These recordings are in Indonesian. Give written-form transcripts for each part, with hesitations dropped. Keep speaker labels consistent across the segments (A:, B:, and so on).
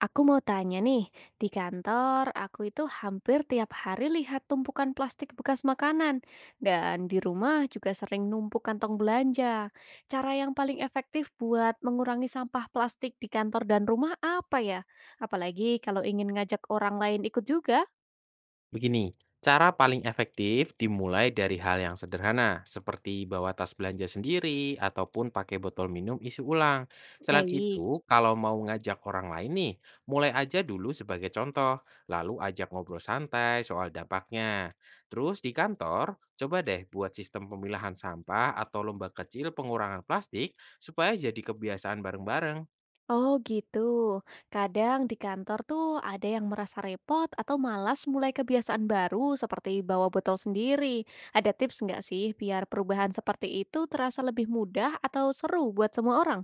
A: Aku mau tanya nih, di kantor aku itu hampir tiap hari lihat tumpukan plastik bekas makanan, dan di rumah juga sering numpuk kantong belanja. Cara yang paling efektif buat mengurangi sampah plastik di kantor dan rumah apa ya? Apalagi kalau ingin ngajak orang lain ikut juga,
B: Begini, cara paling efektif dimulai dari hal yang sederhana, seperti bawa tas belanja sendiri ataupun pakai botol minum isi ulang. Selain
A: baik.
B: itu, kalau mau ngajak orang lain nih, mulai aja dulu sebagai contoh, lalu ajak ngobrol santai soal dampaknya. Terus di kantor, coba deh buat sistem pemilahan sampah atau lomba kecil pengurangan plastik supaya jadi kebiasaan bareng-bareng.
A: Oh gitu. Kadang di kantor tuh ada yang merasa repot atau malas mulai kebiasaan baru seperti bawa botol sendiri. Ada tips nggak sih biar perubahan seperti itu terasa lebih mudah atau seru buat semua orang?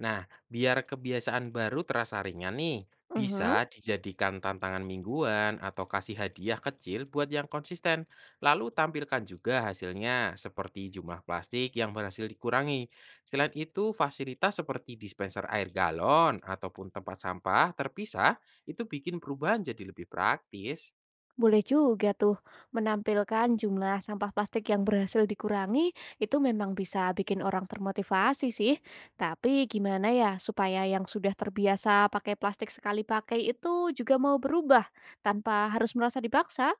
B: Nah, biar kebiasaan baru terasa ringan nih,
A: Mhm.
B: bisa dijadikan tantangan mingguan atau kasih hadiah kecil buat yang konsisten. Lalu tampilkan juga hasilnya, seperti jumlah plastik yang berhasil dikurangi. Selain itu, fasilitas seperti dispenser air galon ataupun tempat sampah terpisah itu bikin perubahan jadi lebih praktis.
A: Boleh juga tuh menampilkan jumlah sampah plastik yang berhasil dikurangi itu memang bisa bikin orang termotivasi sih. Tapi gimana ya supaya yang sudah terbiasa pakai plastik sekali pakai itu juga mau berubah tanpa harus merasa dipaksa?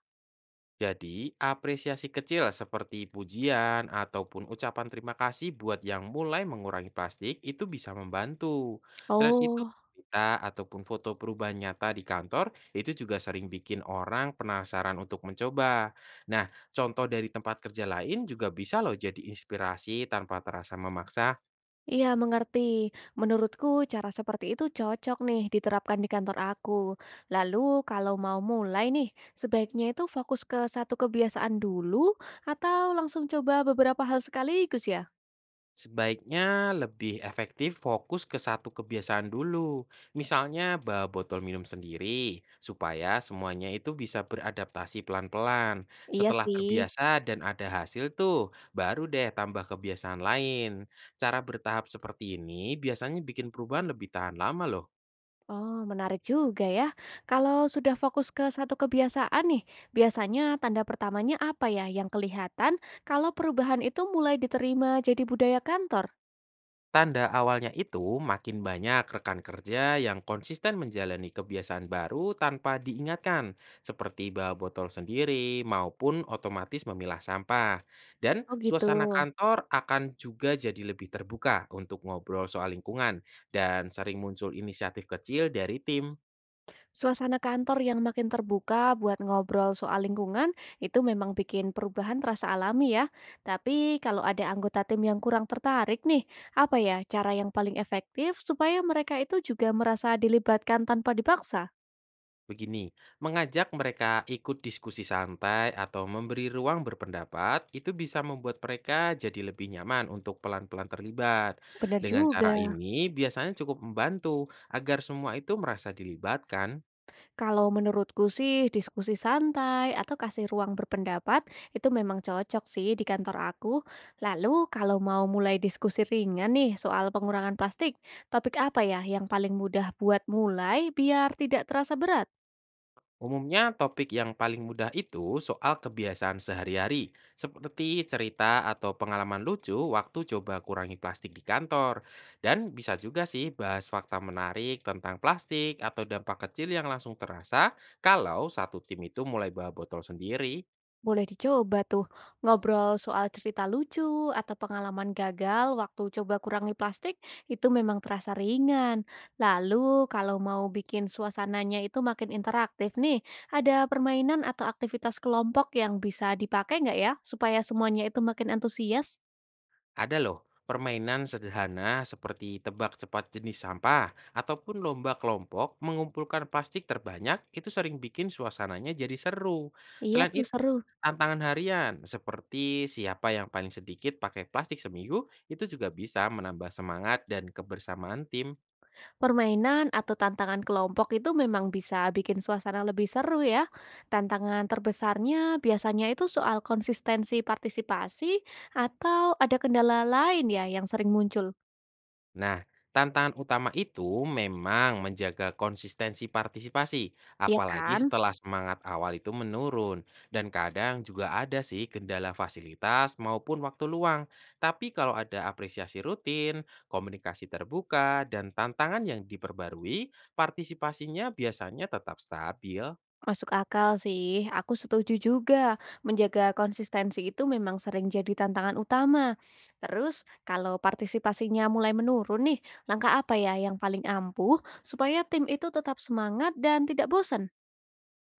B: Jadi, apresiasi kecil seperti pujian ataupun ucapan terima kasih buat yang mulai mengurangi plastik itu bisa membantu. Selain itu,
A: Oh,
B: berita ataupun foto perubahan nyata di kantor itu juga sering bikin orang penasaran untuk mencoba. Nah, contoh dari tempat kerja lain juga bisa loh jadi inspirasi tanpa terasa memaksa.
A: iya mengerti. Menurutku cara seperti itu cocok nih diterapkan di kantor aku. Lalu kalau mau mulai nih, sebaiknya itu fokus ke satu kebiasaan dulu atau langsung coba beberapa hal sekaligus ya?
B: Sebaiknya lebih efektif fokus ke satu kebiasaan dulu. Misalnya bawa botol minum sendiri, supaya semuanya itu bisa beradaptasi pelan-pelan.
A: Iya
B: Setelah
A: sih.
B: terbiasa dan ada hasil tuh, baru deh tambah kebiasaan lain. Cara bertahap seperti ini biasanya bikin perubahan lebih tahan lama loh.
A: Oh, menarik juga ya. Kalau sudah fokus ke satu kebiasaan nih, biasanya tanda pertamanya apa ya yang kelihatan kalau perubahan itu mulai diterima jadi budaya kantor?
B: Tanda awalnya itu makin banyak rekan kerja yang konsisten menjalani kebiasaan baru tanpa diingatkan, seperti bawa botol sendiri maupun otomatis memilah sampah. Dan
A: Oh gitu.
B: suasana kantor akan juga jadi lebih terbuka untuk ngobrol soal lingkungan dan sering muncul inisiatif kecil dari tim.
A: Suasana kantor yang makin terbuka buat ngobrol soal lingkungan itu memang bikin perubahan terasa alami ya. Tapi kalau ada anggota tim yang kurang tertarik nih, apa ya cara yang paling efektif supaya mereka itu juga merasa dilibatkan tanpa dipaksa?
B: Begini, mengajak mereka ikut diskusi santai atau memberi ruang berpendapat itu bisa membuat mereka jadi lebih nyaman untuk pelan-pelan terlibat.
A: Benar
B: Dengan cara
A: juga.
B: ini biasanya cukup membantu agar semua itu merasa dilibatkan.
A: Kalau menurutku sih diskusi santai atau kasih ruang berpendapat itu memang cocok sih di kantor aku. Lalu kalau mau mulai diskusi ringan nih soal pengurangan plastik, topik apa ya yang paling mudah buat mulai biar tidak terasa berat?
B: Umumnya topik yang paling mudah itu soal kebiasaan sehari-hari, seperti cerita atau pengalaman lucu waktu coba kurangi plastik di kantor. Dan bisa juga sih bahas fakta menarik tentang plastik atau dampak kecil yang langsung terasa kalau satu tim itu mulai bawa botol sendiri.
A: Boleh dicoba tuh, ngobrol soal cerita lucu atau pengalaman gagal waktu coba kurangi plastik itu memang terasa ringan. Lalu kalau mau bikin suasananya itu makin interaktif nih, ada permainan atau aktivitas kelompok yang bisa dipakai nggak ya supaya semuanya itu makin antusias?
B: Ada loh permainan sederhana seperti tebak cepat jenis sampah ataupun lomba kelompok mengumpulkan plastik terbanyak itu sering bikin suasananya jadi seru.
A: Iya
B: Selain
A: tuh
B: itu,
A: seru.
B: Tantangan harian seperti siapa yang paling sedikit pakai plastik seminggu itu juga bisa menambah semangat dan kebersamaan tim.
A: Permainan atau tantangan kelompok itu memang bisa bikin suasana lebih seru ya. Tantangan terbesarnya biasanya itu soal konsistensi partisipasi atau ada kendala lain ya yang sering muncul.
B: Nah, tantangan utama itu memang menjaga konsistensi partisipasi,
A: Iya
B: apalagi
A: kan?
B: setelah semangat awal itu menurun. Dan kadang juga ada sih kendala fasilitas maupun waktu luang. Tapi kalau ada apresiasi rutin, komunikasi terbuka, dan tantangan yang diperbarui, partisipasinya biasanya tetap stabil.
A: Masuk akal sih. Aku setuju juga. Menjaga konsistensi itu memang sering jadi tantangan utama. Terus kalau partisipasinya mulai menurun nih, langkah apa ya yang paling ampuh supaya tim itu tetap semangat dan tidak bosan?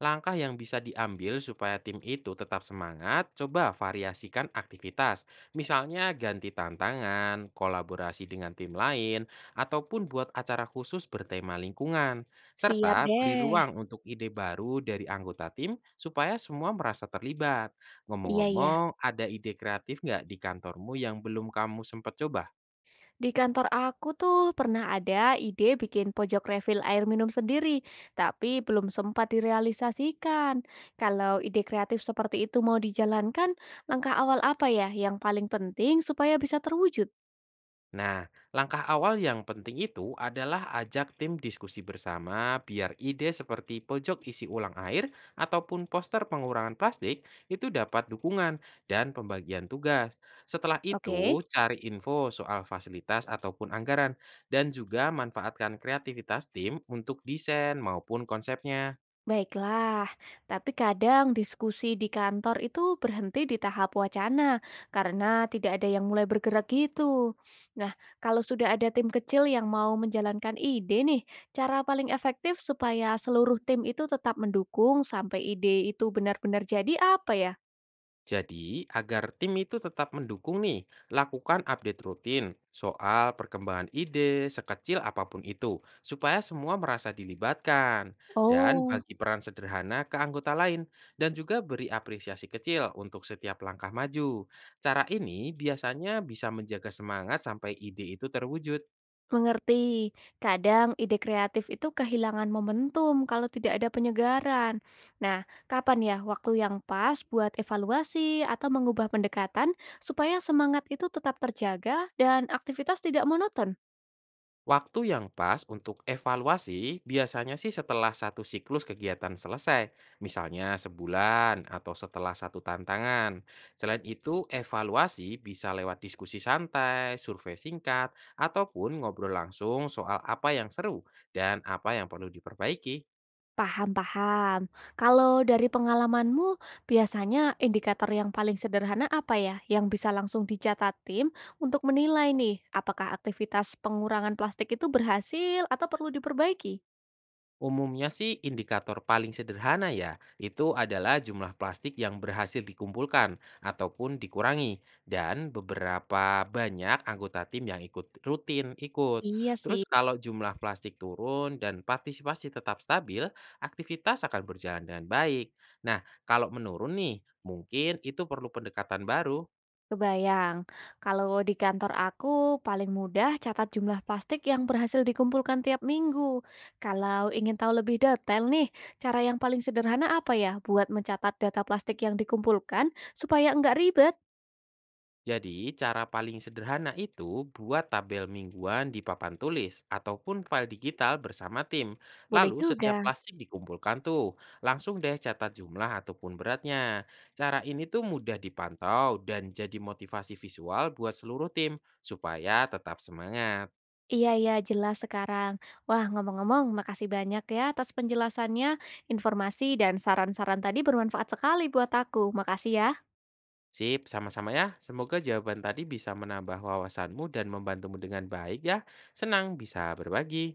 B: Langkah yang bisa diambil supaya tim itu tetap semangat, coba variasikan aktivitas. Misalnya ganti tantangan, kolaborasi dengan tim lain, ataupun buat acara khusus bertema lingkungan.
A: Siap
B: Serta beri
A: deh.
B: ruang untuk ide baru dari anggota tim supaya semua merasa terlibat.
A: Iya, iya.
B: Ngomong-ngomong, ada ide kreatif nggak di kantormu yang belum kamu sempat coba?
A: Di kantor aku tuh pernah ada ide bikin pojok refill air minum sendiri, tapi belum sempat direalisasikan. Kalau ide kreatif seperti itu mau dijalankan, langkah awal apa ya yang paling penting supaya bisa terwujud?
B: Nah, langkah awal yang penting itu adalah ajak tim diskusi bersama biar ide seperti pojok isi ulang air ataupun poster pengurangan plastik itu dapat dukungan dan pembagian tugas. Setelah
A: Oke.
B: itu, cari info soal fasilitas ataupun anggaran dan juga manfaatkan kreativitas tim untuk desain maupun konsepnya.
A: Baiklah, tapi kadang diskusi di kantor itu berhenti di tahap wacana karena tidak ada yang mulai bergerak gitu. Nah, kalau sudah ada tim kecil yang mau menjalankan ide nih, cara paling efektif supaya seluruh tim itu tetap mendukung sampai ide itu benar-benar jadi apa ya?
B: Jadi, agar tim itu tetap mendukung nih, lakukan update rutin soal perkembangan ide sekecil apapun itu, supaya semua merasa dilibatkan. Dan
A: Oh.
B: bagi peran sederhana ke anggota lain, dan juga beri apresiasi kecil untuk setiap langkah maju. Cara ini biasanya bisa menjaga semangat sampai ide itu terwujud.
A: Mengerti. Kadang ide kreatif itu kehilangan momentum kalau tidak ada penyegaran. Nah, kapan ya waktu yang pas buat evaluasi atau mengubah pendekatan supaya semangat itu tetap terjaga dan aktivitas tidak monoton?
B: Waktu yang pas untuk evaluasi biasanya sih setelah satu siklus kegiatan selesai, misalnya sebulan atau setelah satu tantangan. Selain itu, evaluasi bisa lewat diskusi santai, survei singkat, ataupun ngobrol langsung soal apa yang seru dan apa yang perlu diperbaiki.
A: Paham, paham. Kalau dari pengalamanmu, biasanya indikator yang paling sederhana apa ya yang bisa langsung dicatat tim untuk menilai nih apakah aktivitas pengurangan plastik itu berhasil atau perlu diperbaiki?
B: Umumnya sih indikator paling sederhana ya, itu adalah jumlah plastik yang berhasil dikumpulkan ataupun dikurangi dan beberapa banyak anggota tim yang ikut rutin ikut.
A: Iya sih.
B: Terus kalau jumlah plastik turun dan partisipasi tetap stabil, aktivitas akan berjalan dengan baik. Nah, kalau menurun nih, mungkin itu perlu pendekatan baru.
A: Kebayang, kalau di kantor aku paling mudah catat jumlah plastik yang berhasil dikumpulkan tiap minggu. Kalau ingin tahu lebih detail nih, cara yang paling sederhana apa ya buat mencatat data plastik yang dikumpulkan supaya nggak ribet?
B: Jadi, cara paling sederhana itu buat tabel mingguan di papan tulis ataupun file digital bersama tim.
A: Boleh
B: Lalu
A: juga.
B: setiap plastik dikumpulkan tuh, langsung deh catat jumlah ataupun beratnya. Cara ini tuh mudah dipantau dan jadi motivasi visual buat seluruh tim supaya tetap semangat.
A: Iya, iya, jelas sekarang. Wah, ngomong-ngomong, makasih banyak ya atas penjelasannya. Informasi dan saran-saran tadi bermanfaat sekali buat aku. Makasih ya.
B: Sip, sama-sama ya. Semoga jawaban tadi bisa menambah wawasanmu dan membantumu dengan baik ya. Senang bisa berbagi.